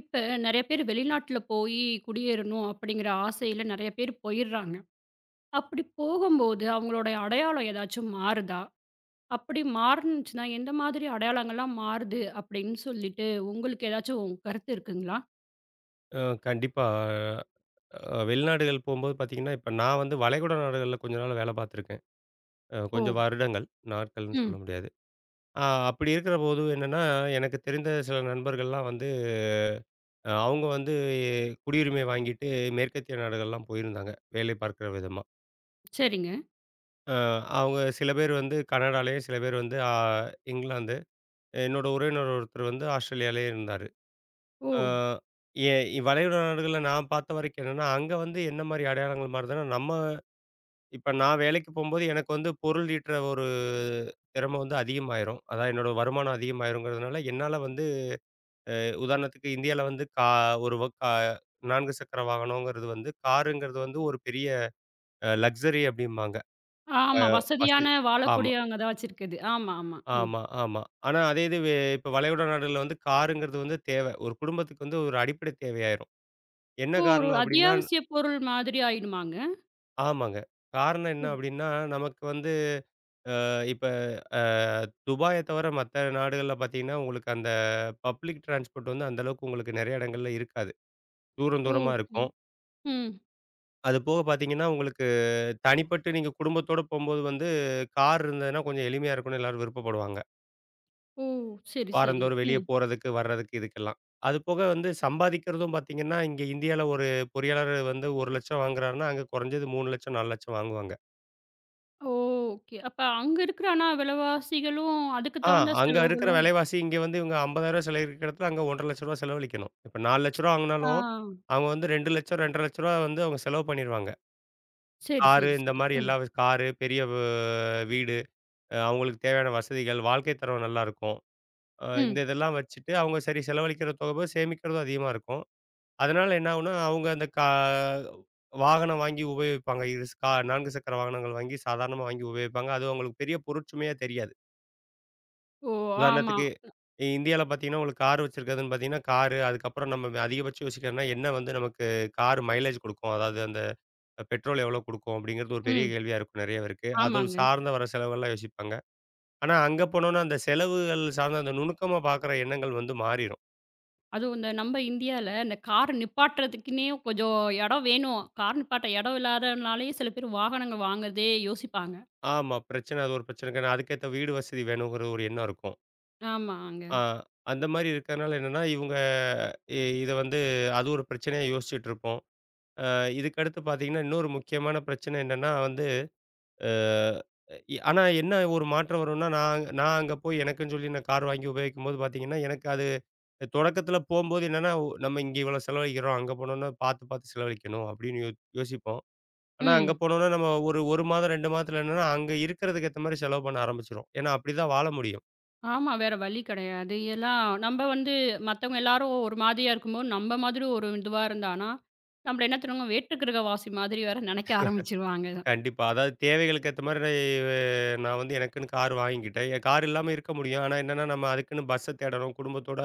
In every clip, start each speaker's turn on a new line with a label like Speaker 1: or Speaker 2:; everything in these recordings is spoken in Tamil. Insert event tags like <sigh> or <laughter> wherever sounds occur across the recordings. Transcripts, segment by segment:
Speaker 1: இப்ப நெறைய பேர் வெளிநாட்டுல போயி குடியேறணும் அப்படிங்கிற ஆசையில நெறைய பேர் போயிர்றாங்க. அப்படி போகும்போது அவங்களுடைய அடையாளம் ஏதாச்சும் மாறுதா? அப்படி மாறுனுச்சுன்னா, எந்த மாதிரி அடையாளங்கள்லாம் மாறுது அப்படின்னு சொல்லிட்டு உங்களுக்கு ஏதாச்சும் கருத்து இருக்குங்களா?
Speaker 2: அ கண்டிப்பா. வெளிநாடுகள் போம்போது பார்த்தீங்கன்னா, இப்ப நான் வந்து வளைகுடா நாடுகள்ல கொஞ்ச நாள் வேலை பார்த்துருக்கேன்.
Speaker 1: ஓ!
Speaker 2: கொஞ்சம் வருடங்கள், நாட்கள்னு சொல்ல
Speaker 1: ம்.
Speaker 2: முடியாது. அ அப்படி இருக்கிற போது என்னன்னா, எனக்கு தெரிந்த சில நண்பர்கள்லாம் வந்து, அவங்க வந்து குடியுரிமை வாங்கிட்டு மேற்கத்திய நாடுகள்லாம் போயிருந்தாங்க, வேலை பார்க்கிற விதமா.
Speaker 1: சரிங்க.
Speaker 2: அ அவங்க சில பேர் வந்து கனடாலயும், சில பேர் வந்து இங்கிலாந்து. என்னோட உறவினர் ஒருத்தர் வந்து ஆஸ்திரேலியாலயே இருந்தாரு.
Speaker 1: ஓ!
Speaker 2: அ எ வளைகுடா நாடுகள்ல நான் பார்த்த வரைக்கும் என்னன்னா, அங்க வந்து என்ன மாரி அடையாளங்கள் மாறுதுன்னா, நம்ம. இப்ப நான் வேலைக்கு போம்போது, எனக்கு வந்து பொருள் ஈட்டுற ஒரு திறம வந்து அதிகமாயிரும். அதான் என்னோட வருமானம் அதிகமாயிருங்கிறதுனால, என்னால வந்து உதாரணத்துக்கு இந்தியால வந்து ஒரு வ கா 4 சக்கர வாகனங்கிறது வந்து காருங்கிறது வந்து ஒரு பெரிய லக்ஸரி அப்டிம்பாங்க. அ
Speaker 1: ஆமா.
Speaker 2: வசதி.
Speaker 1: வசதியான
Speaker 2: ஆமா,
Speaker 1: வாழக்கூடியவங்க தான் வச்சிருக்குது. ஆமா, ஆமா. ம்.
Speaker 2: ஆமா, ஆமா. ஆனா அதே இது வே இப்ப வளைகுடா நாடுகள்ல வந்து காருங்கிறது வந்து தேவை. ஒரு குடும்பத்துக்கு வந்து ஒரு அடிப்படை தேவையாயிரும். என்ன
Speaker 1: ஓ! ஒரு
Speaker 2: காரணம் அப்டின்னா?
Speaker 1: அத்தியாவசிய பொருள் மாதிரி ஆயிடுமாங்க?
Speaker 2: ஆமாங்க. காரணம் என்ன
Speaker 1: ம்.
Speaker 2: அப்டின்னா, நமக்கு வந்து இப்ப அ துபாய தவிர மத்த நாடுகள்ல பார்த்தீங்கன்னா, உங்களுக்கு அந்த பப்ளிக் டிரான்ஸ்போர்ட் வந்து அந்த அளவுக்கு உங்களுக்கு நெறைய இடங்கள்ல இருக்காது. தூரம் தூரமா
Speaker 1: ஓகே.
Speaker 2: இருக்கும்.
Speaker 1: ம்.
Speaker 2: அது போக பார்த்தீங்கன்னா, உங்களுக்கு தனிப்பட்டு நீங்க குடும்பத்தோட போம்போது வந்து கார் இருந்ததுன்னா கொஞ்சம் எளிமையா இருக்கும்னு எல்லாரும் விருப்பப்படுவாங்க.
Speaker 1: ஓ! சரி, சரி.
Speaker 2: வாரந்தோறும் வெளிய
Speaker 1: ம்.
Speaker 2: போறதுக்கு, வர்றதுக்கு இதுக்கெல்லாம். அது போக வந்து சம்பாதிக்கிறதும் பார்த்தீங்கன்னா, இங்க இந்தியால ஒரு பொறியாளர் வந்து 1,00,000 வாங்குறாருன்னா, அங்க குறைஞ்சது 3,00,000, 4,00,000 வாங்குவாங்க.
Speaker 1: ஓ! ஓகே. அப்ப அங்க இருக்கிற ஆனா விலைவாசிகளும், அதுக்கு
Speaker 2: ஆ,
Speaker 1: தகுந்த
Speaker 2: அங்க இருக்கிற
Speaker 1: செலவுகளும்.
Speaker 2: விலைவாசி இங்க வந்து இவங்க ரூ. 50,000 செலவழிக்கிற இடத்துல அங்க ரூ. 1,50,000 செலவழிக்கணும். இப்ப ரூ. 4,00,000
Speaker 1: ஆ,
Speaker 2: வாங்குனாலும், அவங்க வந்து ரூ. 2,00,000 ரூ. 2,50,000 வந்து அவங்க செலவு பண்ணிருவாங்க.
Speaker 1: சரி,
Speaker 2: காரு
Speaker 1: சரி,
Speaker 2: இந்த
Speaker 1: சரி.
Speaker 2: மாரி
Speaker 1: ம்,
Speaker 2: எல்லா காரு, பெரிய வீடு, அவங்களுக்கு தேவையான வசதிகள், வாழ்க்கை தரம் நல்லா இருக்கும். இந்த
Speaker 1: ம்.
Speaker 2: இதெல்லாம் வச்சுட்டு அவங்க சரி செலவழிக்கிற தொகை போக சேமிக்கிறதும் அதிகமா இருக்கும். அதனால என்ன ஆகும்னா, அவங்க அந்த வாகனம் வாங்கி உபயோகிப்பாங்க. இரு ஸ் கா 4 சக்கர வாகனங்கள் வாங்கி சாதாரணமா வாங்கி உபயோகிப்பாங்க. அது அவங்களுக்கு பெரிய பொருட்சுமையா தெரியாது.
Speaker 1: ஓ! ஆமா.
Speaker 2: உதாரணத்துக்கு இந்தியால பார்த்தீங்கன்னா, உங்களுக்கு கார் வச்சிருக்கிறதுன்னு பார்த்தீங்கன்னா, காரு அதுக்கப்புறம் நம்ம அதிகபட்சம் யோசிக்கிறோம்னா, என்ன வந்து நமக்கு கார் மைலேஜ் குடுக்கும்? அதாவது அந்த பெட்ரோல் எவ்வளோ குடுக்கும்? அப்படிங்கிறது ஒரு பெரிய
Speaker 1: ம்.
Speaker 2: கேள்வியா இருக்கும் நெறைய பேருக்கு. அது
Speaker 1: ஆமாங்க.
Speaker 2: சார்ந்த வர செலவுகள்லாம் யோசிப்பாங்க. ஆனா அங்க போனோம்னா, அந்த செலவுகள் சார்ந்த அந்த நுணுக்கமா பார்க்குற எண்ணங்கள் வந்து மாறிரும்.
Speaker 1: அதுவும் இந்த நம்ம இந்தியால இந்த கார் நிப்பாட்டுறதுக்குன்னே கொஞ்சம் இடம் வேணும். கார் நிப்பாட்ட இடம் இல்லாதனாலேயே சில பேர் வாகனங்க வாங்குறதே யோசிப்பாங்க.
Speaker 2: ஆமா, பிரச்சனை அது ஒரு பிரச்சனை இருக்கு. அதுக்கேத்த வீடு வசதி வேணுங்கிற ஒரு எண்ணம் இருக்கும்.
Speaker 1: ஆமாங்க.
Speaker 2: ஆ அந்த மாரி இருக்கிறனால என்னன்னா, இவங்க இத வந்து அது ஒரு பிரச்சனையா யோசிச்சுட்டு இருப்போம். அ இதுக்கடுத்து பார்த்தீங்கன்னா, இன்னொரு முக்கியமான பிரச்சனை என்னன்னா வந்து. அ இ ஆனா என்ன ஒரு மாற்றம் வரும்னா, நான் நான் அங்க போய் எனக்குன்னு சொல்லி நான் கார் வாங்கி உபயோகிக்கும்போது பார்த்தீங்கன்னா, எனக்கு அது தொடக்கத்தில போம்போது என்னன்னா, நம்ம இங்க இவ்வளோ செலவழிக்கிறோம், அங்க போனோம்னா பார்த்து பார்த்து செலவழிக்கணும் அப்படின்னு யோசிப்போம். ஆனா அங்க
Speaker 1: ம்.
Speaker 2: போனோம்னா நம்ம ஒரு 1 மாதம் 2 மாதத்துல என்னன்னா, அங்க இருக்கிறதுக்கு ஏத்த மாரி செலவு பண்ண ஆரம்பிச்சுருவோம். ஏன்னா அப்படிதான் வாழ முடியும்.
Speaker 1: ஆமா. வேற வழி கிடையாது. எல்லாம் நம்ம வந்து மத்தவங்க எல்லாரும் ஒரு மாதிரியா இருக்கும்போது, நம்ம மாதிரி ஒரு இதுவா இருந்தானா, நம்மள என்ன தெரியுமாங்க வேற்று கிரகவாசி மாதிரி வேற நினைக்க ஆரம்பிச்சுருவாங்க.
Speaker 2: கண்டிப்பா. அதாவது தேவைகளுக்கு ஏத்த மாரி நான் நான் வந்து எனக்குன்னு கார் வாங்கிக்கிட்டேன். என் கார் இல்லாம இருக்க முடியும். ஆனா என்னன்னா, நம்ம அதுக்குன்னு பஸ்ஸ தேடணும். குடும்பத்தோட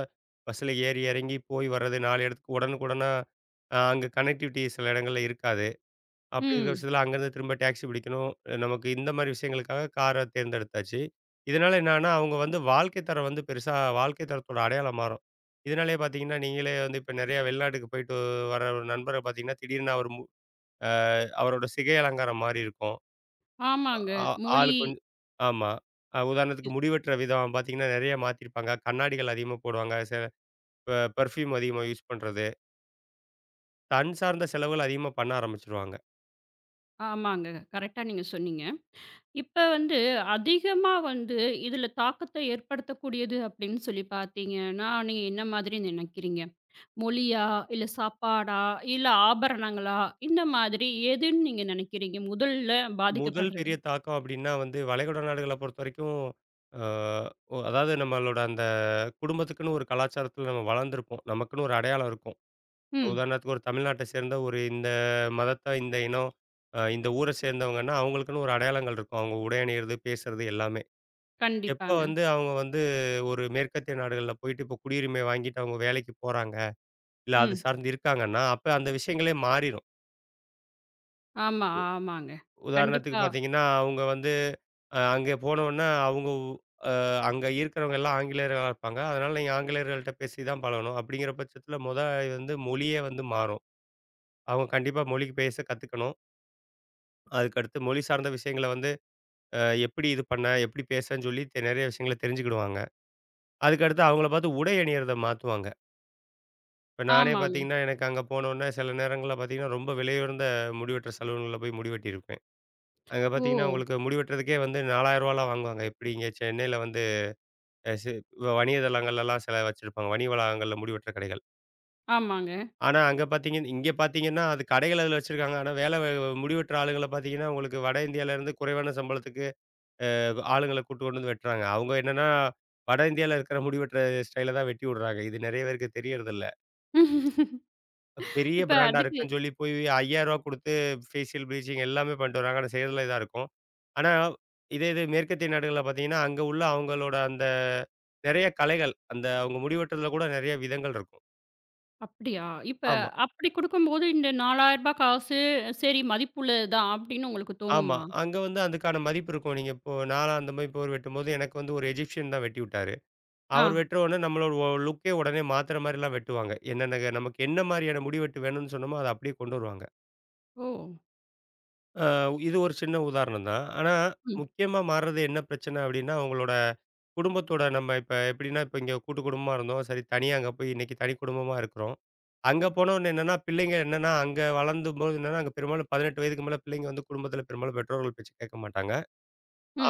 Speaker 2: பஸ்ஸில ஏறி இறங்கி போய் வர்றது 4 இடத்துக்கு உடனுக்குடனா அங்க கனெக்டிவிட்டி சில இடங்கள்ல இருக்காது. அப்படி இருக்கிற
Speaker 1: ம்.
Speaker 2: பட்சத்தில அங்கேருந்து திரும்ப டாக்ஸி பிடிக்கணும். நமக்கு இந்த மாரி விஷயங்களுக்காக கார தேர்ந்தெடுத்தாச்சு. இதனால என்னான்னா, அவங்க வந்து வாழ்க்கை தரம் வந்து பெருசா வாழ்க்கை தரத்தோட அடையாளம் மாறும். இதனாலேயே பார்த்தீங்கன்னா, நீங்களே வந்து இப்ப நெறைய வெளிநாட்டுக்கு போயிட்டு வர ஒரு நண்பர பார்த்தீங்கன்னா, திடீர்னு அவர் மு அ அவரோட சிகை அலங்காரம் மாறி இருக்கும்.
Speaker 1: ஆமாங்க.
Speaker 2: ஆ
Speaker 1: மொழி.
Speaker 2: ஆளு கொஞ்சம். ஆமா. உதாரணத்துக்கு முடி வெட்டுற விதம் பார்த்தீங்கன்னா, நெறைய மாத்திருப்பாங்க. கண்ணாடிகள் அதிகமா போடுவாங்க. செ பெ பெர்ஃப்யூம் அதிகமா யூஸ் பண்றது. தன் சார்ந்த செலவுகள் அதிகமா பண்ண ஆரம்பிச்சுருவாங்க.
Speaker 1: ஆமாங்க. கரெக்ட்டா நீங்க சொன்னீங்க. இப்ப வந்து அதிகமா வந்து இதில தாக்கத்த ஏற்படுத்தக்கூடியது அப்படின்னு சொல்லி பார்த்தீங்கன்னா, நீங்க என்ன மாதிரி நினைக்கிறீங்க? மொழியா? இல்ல சாப்பாடா? இல்ல ஆபரணங்களா? இந்த மாதிரி எதுன்னு நீங்க நினைக்கிறீங்க? முதல்ல
Speaker 2: முதல்
Speaker 1: பாதிக்கப்படுறது.
Speaker 2: பெரிய தாக்கம் அப்டின்னா வந்து, வளைகுடா நாடுகள பொறுத்தவரைக்கும். அ ஒ அதாவது நம்மளோட அந்த குடும்பத்துக்குன்னு ஒரு கலாச்சாரத்தில நம்ம வளர்ந்துருப்போம். நமக்குன்னு ஒரு அடையாளம் இருக்கும்.
Speaker 1: ம்.
Speaker 2: உதாரணத்துக்கு ஒரு தமிழ்நாட்ட சேர்ந்த ஒரு இந்த மதத்த, இந்த இனம், இந்த ஊர சேர்ந்தவங்கன்னா, அவங்களுக்குன்னு ஒரு அடையாளங்கள் இருக்கும். அவங்க உடை அணியிறது, பேசுறது எல்லாமே. எப்ப
Speaker 1: கண்டிப்பாங்க.
Speaker 2: வந்து அவங்க வந்து ஒரு மேற்கத்திய நாடுகள்ல போயிட்டு இப்ப குடியுரிமை வாங்கிட்டு அவங்க வேலைக்கு போறாங்க. இல்ல அது
Speaker 1: ம்.
Speaker 2: சார்ந்து இருக்காங்கன்னா, அப்ப அந்த விஷயங்களே மாறிரும்.
Speaker 1: ஆமா, ஆமாங்க.
Speaker 2: உதாரணத்துக்கு
Speaker 1: கண்டிப்பா.
Speaker 2: பார்த்தீங்கன்னா, அவங்க வந்து அங்கே போனோனே அவங்க உ அ அங்க இருக்கிறவங்க எல்லாம் ஆங்கிலேயர்களா இருப்பாங்க. அதனால நீங்க ஆங்கிலேயர்கள்ட்ட பேசி தான் பழகணும். அப்படிங்கிற பட்சத்தில வந்து மொழியே வந்து மாறும். அவங்க கண்டிப்பா மொழி பேச கத்துக்கணும். அதுக்கடுத்து மொழி சார்ந்த விஷயங்கள வந்து. அ எப்படி இது பண்ண? எப்படி பேசன்னு சொல்லி நெறைய விஷயங்கள தெரிஞ்சுக்கிடுவாங்க. அதுக்கடுத்து அவங்கள பார்த்து உடை அணியிறத மாத்துவாங்க. இப்ப நானே
Speaker 1: ஆமாங்க.
Speaker 2: பார்த்தீங்கன்னா, எனக்கு அங்க போனோனே சில நேரங்கள்ல பார்த்தீங்கன்னா, ரொம்ப விலையுயர்ந்த முடிவெட்டுற சலூன்கள்ல போய் முடி வெட்டியிருப்பேன். அங்க
Speaker 1: ஓ!
Speaker 2: பார்த்தீங்கன்னா, உங்களுக்கு முடி வெட்டுறதுக்கே வந்து ரூ. 4000லாம் வாங்குவாங்க. எப்படி இங்க சென்னையில வந்து அ சி வணிக தளங்கள்லலாம் சில வச்சிருப்பாங்க. வணிக வளாகங்கள்ல முடி வெட்டுற கடைகள்.
Speaker 1: ஆமாங்க.
Speaker 2: ஆனா அங்க பார்த்தீங்கன் இங்க பார்த்தீங்கன்னா, அது கடைகள் அதில வச்சிருக்காங்க. ஆனா வேலை வ முடி வெட்டுற ஆளுங்கள பார்த்தீங்கன்னா, உங்களுக்கு வட இந்தியாவிலேருந்து குறைவான சம்பளத்துக்கு ஆளுங்கள கூட்டு கொண்டு வந்து வெட்டுறாங்க. அவங்க என்னன்னா, வட இந்தியால இருக்கிற முடி வெட்டுற ஸ்டைல தான் வெட்டி விடுறாங்க. இது நெறைய பேருக்கு தெரியறதில்ல.
Speaker 1: <laughs>
Speaker 2: பெரிய
Speaker 1: இப்ப
Speaker 2: பிராண்டா
Speaker 1: அதுக்கு.
Speaker 2: இருக்குன்னு சொல்லி போய் ரூ. 5,000 குடுத்து ஃபேஷியல் ப்ளீச்சிங் எல்லாமே பண்ணிட்டு வராங்க. ஆனா செய்றதுல இதா இருக்கும். ஆனா, இதே இது மேற்கத்திய நாடுகள்ல பார்த்தீங்கன்னா, அங்க உள்ள அவங்களோட அந்த நெறைய கலைகள். அந்த அவங்க முடி வெட்டுறதுல கூட நெறைய விதங்கள் இருக்கும்.
Speaker 1: அப்படியா? இப்ப
Speaker 2: ஆமா,
Speaker 1: அப்படி குடுக்கும்போது இந்த ரூ. 4000 காசு, சரி மதிப்புள்ளது தான் அப்படின்னு உங்களுக்கு
Speaker 2: ஆமா.
Speaker 1: தோணுமா?
Speaker 2: அங்க வந்து அதுக்கான மதிப்பு இருக்கும். நீங்க இப்போ நான்லாம் அந்த மாரி போர் வெட்டும்போது எனக்கு வந்து ஒரு எஜிப்ஷியன் தான் வெட்டி விட்டாரு.
Speaker 1: ஆ.
Speaker 2: அவர் வெட்டுற உடனே நம்மளோட லுக்கே உடனே மாத்துற மாரிலாம் வெட்டுவாங்க. என்னென்ன நமக்கு என்ன மாரியான முடி வெட்டு வேணும்னு சொன்னோமோ, அத அப்படியே கொண்டு வருவாங்க.
Speaker 1: ஓ!
Speaker 2: அ இது ஒரு சின்ன உதாரணம் தான். ஆனா,
Speaker 1: ம்.
Speaker 2: முக்கியமா மாறுறது என்ன பிரச்சனை அப்டின்னா, அவங்களோட குடும்பத்தோட நம்ம இப்ப எப்டின்னா, இப்ப இங்க கூட்டு குடும்பமா இருந்தோம். சரி தனியா அங்க போய் இன்னைக்கு தனி குடும்பமா இருக்கிறோம். அங்க போனோனே என்னன்னா, பிள்ளைங்க என்னன்னா, அங்க வளர்ந்தும்போது என்னன்னா, அங்க பெரும்பாலும் 18 வயதுக்கு மேல பிள்ளைங்க வந்து குடும்பத்தில பெரும்பாலும் பெற்றோர்கள் பேச்சு கேட்க மாட்டாங்க.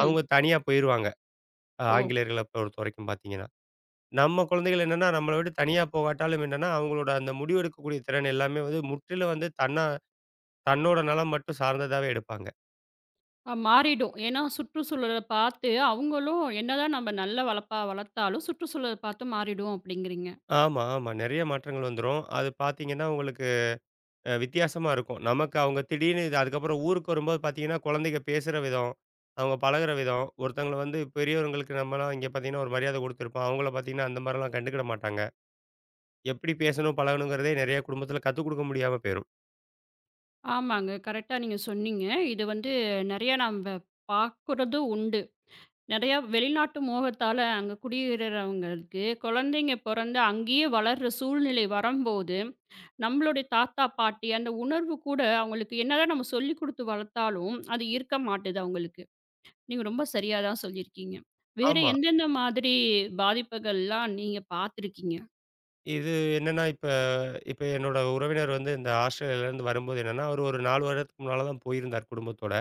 Speaker 2: அவங்க தனியா போயிருவாங்க.
Speaker 1: ஓ!
Speaker 2: ஆங்கிலேயர்கள பொறுத்தவரைக்கும் பார்த்தீங்கன்னா. நம்ம குழந்தைகள் என்னன்னா, நம்மள விட்டு தனியா போகாட்டாலும் என்னன்னா, அவங்களோட அந்த முடிவெடுக்கக்கூடிய திறன் எல்லாமே வந்து முற்றிலும் வந்து தன்னோட நலம் மட்டும் சார்ந்ததாவே எடுப்பாங்க.
Speaker 1: மாறிடும். ஏன்னா சுற்றுச்சூழல பார்த்து அவங்களும் என்னதான் நம்ம நல்ல வளர்ப்பா வளர்த்தாலும், சுற்றுச்சூழல பார்த்து மாறிடும் அப்படிங்கிறீங்க.
Speaker 2: ஆமா, ஆமா. நெறைய மாற்றங்கள் வந்துரும். அது பார்த்தீங்கன்னா, உங்களுக்கு வித்தியாசமா இருக்கும். நமக்கு அவங்க திடீர்னு இது அதுக்கப்புறம் ஊருக்கு வரும்போது பார்த்தீங்கன்னா, குழந்தைங்க பேசுற விதம், அவங்க பழகுற விதம், ஒருத்தவங்கள வந்து பெரியவங்களுக்கு நம்மலாம் இங்க பார்த்தீங்கன்னா, ஒரு மரியாதை குடுத்துருப்போம். அவங்கள பார்த்தீங்கன்னா, அந்த மாரிலாம் கண்டுக்கிட மாட்டாங்க. எப்படி பேசணும், பழகணுங்கிறதே நெறைய குடும்பத்தில கத்துக் குடுக்க முடியாம போயிரும்.
Speaker 1: ஆமாங்க. கரெக்ட்டா நீங்க சொன்னீங்க. இது வந்து நெறையா நம்ப பார்க்குறதும் உண்டு. நிறையா வெளிநாட்டு மோகத்தால அங்க குடியேறவங்களுக்கு குழந்தைங்க பிறந்து அங்கேயே வளர்ற சூழ்நிலை வரும்போது, நம்மளுடைய தாத்தா, பாட்டி அந்த உணர்வு கூட அவங்களுக்கு என்னதான் நம்ம சொல்லிக் குடுத்து வளர்த்தாலும், அது இருக்க மாட்டுது அவங்களுக்கு. நீங்க ரொம்ப சரியா தான் சொல்லியிருக்கீங்க. வேற
Speaker 2: ஆமா.
Speaker 1: எந்தெந்த மாதிரி பாதிப்புகள்லாம் நீங்க பார்த்துருக்கீங்க?
Speaker 2: இது என்னன்னா, இப்ப இப்ப என்னோட உறவினர் வந்து இந்த ஆஸ்திரேலியாலருந்து வரும்போது என்னன்னா, அவரு ஒரு 4 வருடத்துக்கு முன்னால தான் போயிருந்தார் குடும்பத்தோட.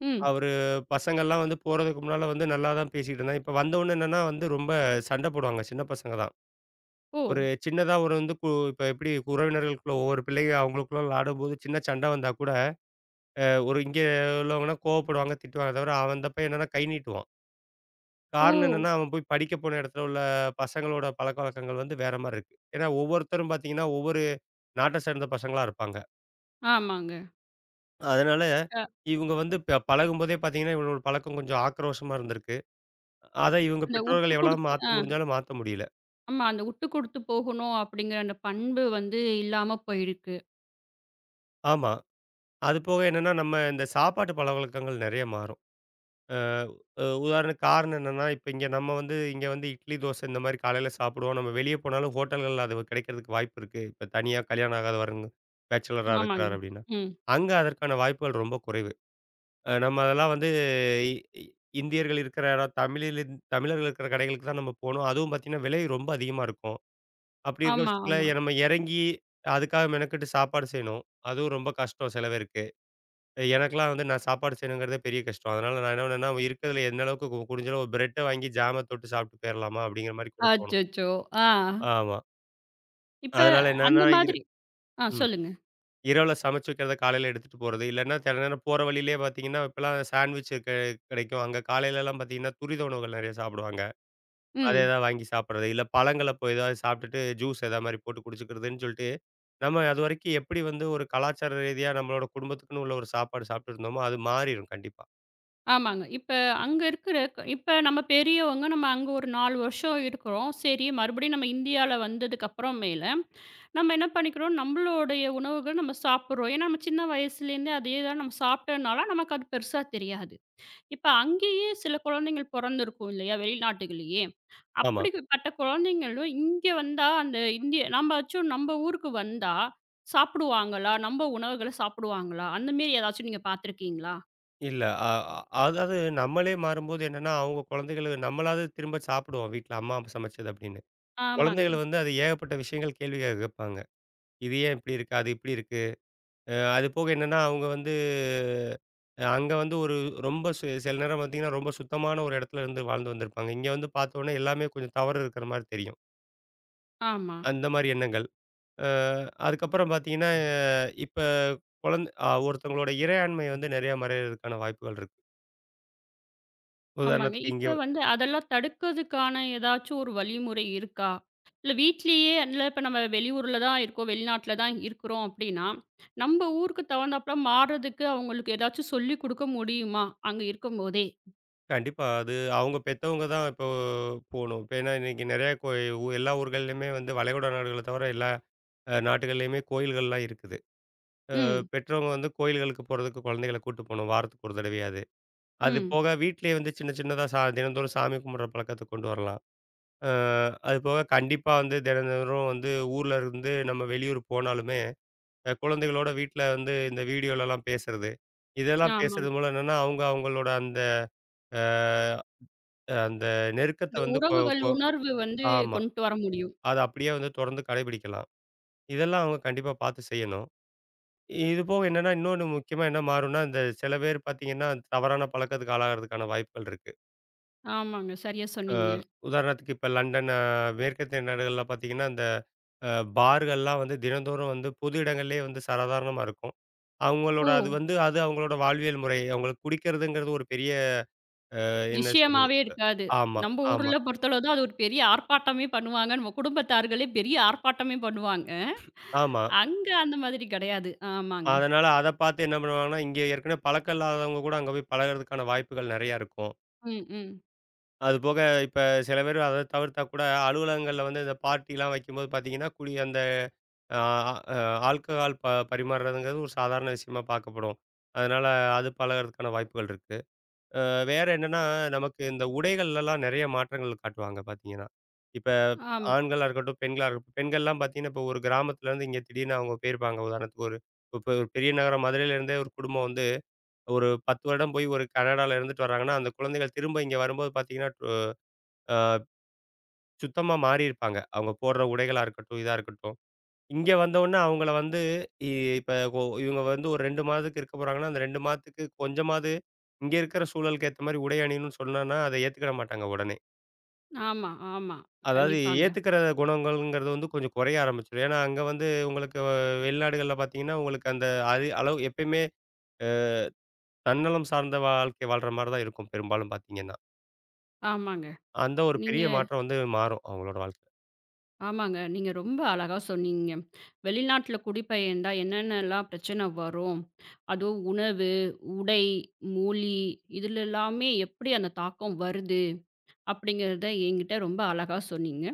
Speaker 1: ம்.
Speaker 2: அவரு பசங்கள்லாம் வந்து போறதுக்கு முன்னால வந்து நல்லா தான் பேசிட்டு இருந்தான். இப்ப வந்தவுனே என்னன்னா வந்து ரொம்ப சண்ட போடுவாங்க. சின்ன பசங்க தான்.
Speaker 1: ஓ!
Speaker 2: ஒரு சின்னதா ஒரு வந்து கு இப்ப எப்படி உறவினர்களுக்குள்ள ஒவ்வொரு பிள்ளைங்க அவங்களுக்குள்ள விளையாடும்போது சின்ன சண்ட வந்தா கூட, ஒரு இங்க உள்ளவங்கன்னா கோவப்படுவாங்க, திட்டுவாங்க. தவிர அவன் அந்த பையன் என்னன்னா கை நீட்டுவான். காரணம்
Speaker 1: ஓ!
Speaker 2: என்னன்னா, அவன் போய் படிக்க போன இடத்துல உள்ள பசங்களோட பழக்கவழக்கங்கள் வந்து வேற மாரி இருக்கு. ஏன்னா ஒவ்வொருத்தரும் பார்த்தீங்கன்னா, ஒவ்வொரு நாட்ட சேர்ந்த பசங்களா இருப்பாங்க.
Speaker 1: ஆமாங்க.
Speaker 2: அதனால
Speaker 1: அ
Speaker 2: இவங்க வந்து பழகும்போதே பார்த்தீங்கன்னா, இவனோட பழக்கம் கொஞ்சம் ஆக்ரோஷமா இருந்திருக்கு. அத இவங்க
Speaker 1: அந்த உட்டு
Speaker 2: பெற்றோர்கள் எவ்வளவு
Speaker 1: குடுத்து ஆ
Speaker 2: மாத்த முடிஞ்சாலும் மாத்த முடியல.
Speaker 1: ஆமா. அந்த உட்டு குடுத்து போகணும் அப்படிங்கிற அந்த பண்பு வந்து இல்லாம போயிருக்கு.
Speaker 2: ஆமா. அது போக என்னன்னா, நம்ம இந்த சாப்பாட்டு பழக்கவழக்கங்கள் நெறைய மாறும். அ அ உதாரணத்துக்கு காரணம் என்னன்னா, இப்ப இங்க நம்ம வந்து இங்க வந்து இட்லி, தோசை இந்த மாரி காலையில சாப்பிடுவோம். நம்ம வெளிய போனாலும் ஹோட்டல்கள்ல அது கிடைக்கிறதுக்கு வாய்ப்பு இருக்கு. இப்ப தனியா கல்யாணம் ஆகாதவருங்க பேச்சுலரா
Speaker 1: ஆமாங்க.
Speaker 2: இருக்கிறார் அப்படின்னா.
Speaker 1: ம்.
Speaker 2: அங்க அதற்கான வாய்ப்புகள் ரொம்ப குறைவு. நம்ம அதெல்லாம் வந்து இ இ இந்தியர்கள் இருக்கிற இடம் தமிழில் தமிழர்கள் இருக்கிற கடைகளுக்கு தான் நம்ம போணும். அதுவும் பார்த்தீங்கன்னா, விலை ரொம்ப அதிகமா இருக்கும். அப்படி இருக்க
Speaker 1: ஆமா,
Speaker 2: பட்சத்தில
Speaker 1: ஆமா.
Speaker 2: நம்ம இறங்கி, அதுக்காக மெனக்கெட்டு சாப்பாடு செய்யணும். அதுவும் ரொம்ப கஷ்டம் சில பேருக்கு. எனக்கெல்லாம் வந்து நான் சாப்பாடு செய்யணுங்கிறதே பெரிய கஷ்டம். அதனால நான் என்ன பண்ணேன்னா, இருக்கிறதுல எந்த அளவுக்கு குடிஞ்ச அளவு பிரெட்ட வாங்கி ஜாம தொட்டு சாப்பிட்டு போயிரலாமா? அப்படிங்கிற மாரி கூட தோணும்.
Speaker 1: அச்சச்சோ! ஆ.
Speaker 2: ஆமா.
Speaker 1: இப்ப
Speaker 2: அதனால என்னன்னா,
Speaker 1: அந்த
Speaker 2: இரு
Speaker 1: மாதிரி. ஆ,
Speaker 2: ம்.
Speaker 1: சொல்லுங்க.
Speaker 2: இரவுல சமைச்சு வைக்கிறத காலையில எடுத்துட்டு போறது. இல்லன்னா சில நேரம் போற வழியிலேயே பார்த்தீங்கன்னா, இப்பலாம் சாண்ட்விச் கிடைக்கும். அங்க காலையிலலாம் பார்த்தீங்கன்னா, துரித உணவுகள் நெறைய சாப்பிடுவாங்க. அதே
Speaker 1: ம்.
Speaker 2: தான் வாங்கி சாப்பிடுறது. இல்ல பழங்கள போய் ஏதாவது சாப்பிட்டுட்டு ஜூஸ் எதா மாரி போட்டு குடிச்சுக்கிறதுன்னு சொல்லிட்டு, நம்ம அதுவரைக்கும் எப்படி வந்து ஒரு கலாச்சார ரீதியா நம்மளோட குடும்பத்துக்குன்னு உள்ள ஒரு சாப்பாடு சாப்பிட்டுட்டு இருந்தோமோ, அது மாறிரும் கண்டிப்பா.
Speaker 1: ஆமாங்க. இப்ப அங்க இருக்கிற இப்ப நம்ம பெரியவங்க நம்ம அங்க ஒரு 4 வருஷம் இருக்கிறோம். சரி மறுபடியும் நம்ம இந்தியால வந்ததுக்கு அப்புறமேல, நம்ம என்ன பண்ணிக்கிறோம், நம்மளுடைய உணவுகள் நம்ம சாப்பிடுறோம். ஏன்னா நம்ம சின்ன வயசுலேருந்தே அதே தான் நம்ம சாப்பிட்டதுனால நமக்கு அது பெருசா தெரியாது. இப்ப அங்கேயே சில குழந்தைகள் பொறந்திருக்கும் இல்லையா? வெளிநாட்டுகள்லயே.
Speaker 2: ஆமா.
Speaker 1: அப்படிப்பட்ட குழந்தைங்களும் இங்க வந்தா அந்த இந்திய நம்மாச்சும் நம்ம ஊருக்கு வந்தா சாப்பிடுவாங்களா? நம்ம உணவுகள சாப்பிடுவாங்களா? அந்த மாரி ஏதாச்சும் நீங்க பார்த்துருக்கீங்களா?
Speaker 2: இல்ல. அ அ அதாவது நம்மளே மாறும்போது என்னன்னா, அவங்க குழந்தைகள நம்மளாவது திரும்ப சாப்பிடுவோம் வீட்ல அம்மா அப்பா சமைச்சது அப்படின்னு.
Speaker 1: ஆமாங்க.
Speaker 2: குழந்தைகள் வந்து அது ஏகப்பட்ட விஷயங்கள் கேள்வி கேட்பாங்க. இது ஏன் இப்படி இருக்கு? அது இப்படி இருக்கு? அது போக என்னன்னா, அவங்க வந்து அங்க வந்து ஒரு ரொம்ப சில நேரம் பார்த்தீங்கன்னா, ரொம்ப சுத்தமான ஒரு இடத்துல இருந்து வாழ்ந்து வந்திருப்பாங்க. இங்க வந்து பார்த்தோனே எல்லாமே கொஞ்சம் தவறு இருக்கிற மாரி தெரியும்.
Speaker 1: ஆமா.
Speaker 2: அந்த மாரி எண்ணங்கள். அ அதுக்கப்புறம் பார்த்தீங்கன்னா, இப்ப குழந்த அ ஒருத்தவங்களோட இறையாண்மை வந்து நிறைய மறையறதுக்கான வாய்ப்புகள் இருக்கு.
Speaker 1: ஆமாங்க.
Speaker 2: உதாரணத்துக்கு இங்க
Speaker 1: இப்ப வந்து அதெல்லாம் தடுக்கிறதுக்கான ஏதாச்சும் ஒரு வழிமுறை இருக்கா? இல்ல வீட்லயே இல்ல இப்ப நம்ம வெளியூர்ல தான் இருக்கோம், வெளிநாட்ல தான் இருக்கிறோம் அப்படின்னா, நம்ம ஊருக்கு தகுந்தாப்புல மாறுறதுக்கு அவங்களுக்கு ஏதாச்சும் சொல்லிக் குடுக்க முடியுமா? அங்க இருக்கும்போதே?
Speaker 2: கண்டிப்பா. அது அவங்க பெத்தவங்க தான் இப்போ போணும். இப்ப ஏன்னா இன்னைக்கு நிறைய எல்லா ஊர்கள்லயுமே வந்து வளைகுடா நாடுகள தவிர எல்லா நாட்டுகள்லயுமே கோயில்கள்லாம் இருக்குது.
Speaker 1: ம்.
Speaker 2: பெற்றவங்க வந்து கோயில்களுக்கு போறதுக்கு குழந்தைகள கூட்டு போணும். வாரத்துக்கு ஒரு தடவையாவது. அது
Speaker 1: ம்.
Speaker 2: போக வீட்லயே வந்து சின்ன சின்னதா தினந்தோறும் சாமி கும்பிடுற பழக்கத்த கொண்டு வரலாம். அ அது போக கண்டிப்பா வந்து தினந்தோறும் வந்து ஊர்ல இருந்து நம்ம வெளியூர் போனாலுமே, குழந்தைகளோட வீட்ல வந்து இந்த வீடியோலலாம் பேசுறது. இதெல்லாம்
Speaker 1: ஆமாங்க.
Speaker 2: பேசுறது மூலம் என்னன்னா, அவங்க அவங்களோட அந்த அ அந்த நெருக்கத்த
Speaker 1: இந்த
Speaker 2: வந்து கொ
Speaker 1: உறவுகள்
Speaker 2: கொ
Speaker 1: உணர்வு வந்து
Speaker 2: ஆமா.
Speaker 1: கொண்டு வர முடியும்.
Speaker 2: அத அப்படியே வந்து தொடர்ந்து கடைபிடிக்கலாம். இதெல்லாம் அவங்க கண்டிப்பா பார்த்து செய்யணும். இது போக என்னன்னா, இன்னொன்னு முக்கியமா என்ன மாறும்னா, இந்த சில பேர் பார்த்தீங்கன்னா, தவறான பழக்கத்துக்கு ஆளாகுறதுக்கான வாய்ப்புகள் இருக்கு.
Speaker 1: ஆமாங்க. சரியா
Speaker 2: அ
Speaker 1: சொன்னீங்க.
Speaker 2: உதாரணத்துக்கு இப்ப லண்டன், மேற்கத்திய நாடுகள்ல பார்த்தீங்கன்னா, இந்த அ பார்கள்லாம் வந்து தினந்தோறும் வந்து பொது இடங்கள்லயே வந்து சாதாரணமா இருக்கும்.
Speaker 1: ஓ!
Speaker 2: அவங்களோட அது வந்து அது அவங்களோட வாழ்வியல் முறை. அவங்களுக்கு குடிக்கிறதுங்கிறது ஒரு பெரிய என்ன சொல்றது?
Speaker 1: நிச்சயமாவே இருக்காது.
Speaker 2: ஆமா,
Speaker 1: நம்ம
Speaker 2: ஆமா,
Speaker 1: ஊர்ல பொறுத்தளவு தான் அது ஒரு பெரிய ஆர்ப்பாட்டமே பண்ணுவாங்க. நம்ம குடும்பத்தார்களே பெரிய ஆர்ப்பாட்டமே பண்ணுவாங்க.
Speaker 2: ஆமா.
Speaker 1: அங்க அந்த மாதிரி கிடையாது. ஆமாங்க.
Speaker 2: அதனால அத பார்த்து என்ன பண்ணுவாங்கன்னா, இங்க ஏற்கனவே பழக்கம் இல்லாதவங்க கூட அங்க போய் பழகுறதுக்கான வாய்ப்புகள் நெறையா இருக்கும்.
Speaker 1: ம், ம்.
Speaker 2: அதுபோக இப்ப சில பேரு அத தவிர்த்தா கூட அலுவலகங்கள்ல வந்து இந்த பார்ட்டிலாம் வைக்கும்போது பார்த்தீங்கன்னா, குடி அந்த ஆ அ ஆல்கஹால் பரிமாறுறதுங்கிறது ஒரு சாதாரண விஷயமா பார்க்கப்படும். அதனால அது பழகுறதுக்கான வாய்ப்புகள் இருக்கு. அ வேற என்னன்னா, நமக்கு இந்த உடைகள்லலாம் நெறைய மாற்றங்கள் காட்டுவாங்க பார்த்தீங்கன்னா. இப்ப
Speaker 1: ஆமா,
Speaker 2: ஆண்களா இருக்கட்டும், பெண்களா இருக்கட்டும். பெண்கள்லாம் பார்த்தீங்கன்னா, இப்ப ஒரு கிராமத்துலேருந்து இங்க திடீர்னு அவங்க போயிருப்பாங்க. உதாரணத்துக்கு ஒரு இப்ப ஒரு பெரிய நகரம் மதுரையிலேருந்தே ஒரு குடும்பம் வந்து ஒரு 10 வருடம் போய் ஒரு கனடால இருந்துட்டு வராங்கன்னா, அந்த குழந்தைகள் திரும்ப இங்க வரும்போது பார்த்தீங்கன்னா, சுத்தமா மாறியிருப்பாங்க. அவங்க போடுற உடைகளா இருக்கட்டும், இதா இருக்கட்டும். இங்க வந்தவுனே அவங்கள வந்து இ இப்ப இவங்க வந்து ஒரு 2 மாதத்துக்கு இருக்க போறாங்கன்னா, அந்த 2 மாதத்துக்கு கொஞ்சமாவது இங்க இருக்கிற சூழலுக்கு ஏத்த மாரி உடை அணியணும்னு சொன்னோம்னா, அத ஏத்துக்கிட மாட்டாங்க உடனே.
Speaker 1: ஆமா, ஆமா.
Speaker 2: அதாவது
Speaker 1: கண்டிப்பாங்க.
Speaker 2: ஏத்துக்கிற குணங்கள்ங்கிறது வந்து கொஞ்சம் குறைய ஆரம்பிச்சுரும். ஏன்னா, அங்க வந்து உங்களுக்கு வெளிநாடுகள்ல பார்த்தீங்கன்னா, உங்களுக்கு அந்த அது அளவு எப்பயுமே அ தன்னலம் சார்ந்த வாழ்க்கை வாழ்ற மாரி தான் இருக்கும் பெரும்பாலும் பார்த்தீங்கன்னா.
Speaker 1: ஆமாங்க.
Speaker 2: அந்த ஒரு
Speaker 1: நீங்க.
Speaker 2: பெரிய மாற்றம் வந்து மாறும் அவங்களோட வாழ்க்கை.
Speaker 1: ஆமாங்க. நீங்க ரொம்ப அழகா சொன்னீங்க. வெளிநாட்ல குடிபெயர்ந்தா என்னென்னலாம் பிரச்சனை வரும்? அதுவும் உணவு, உடை, மொழி இதுல எல்லாமே எப்படி அந்த தாக்கம் வருது? அப்படிங்கிறத என்கிட்ட ரொம்ப அழகா சொன்னீங்க.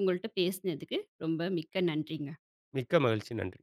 Speaker 1: உங்கள்ட்ட பேசினதுக்கு ரொம்ப மிக்க நன்றிங்க.
Speaker 2: மிக்க மகிழ்ச்சி. நன்றி.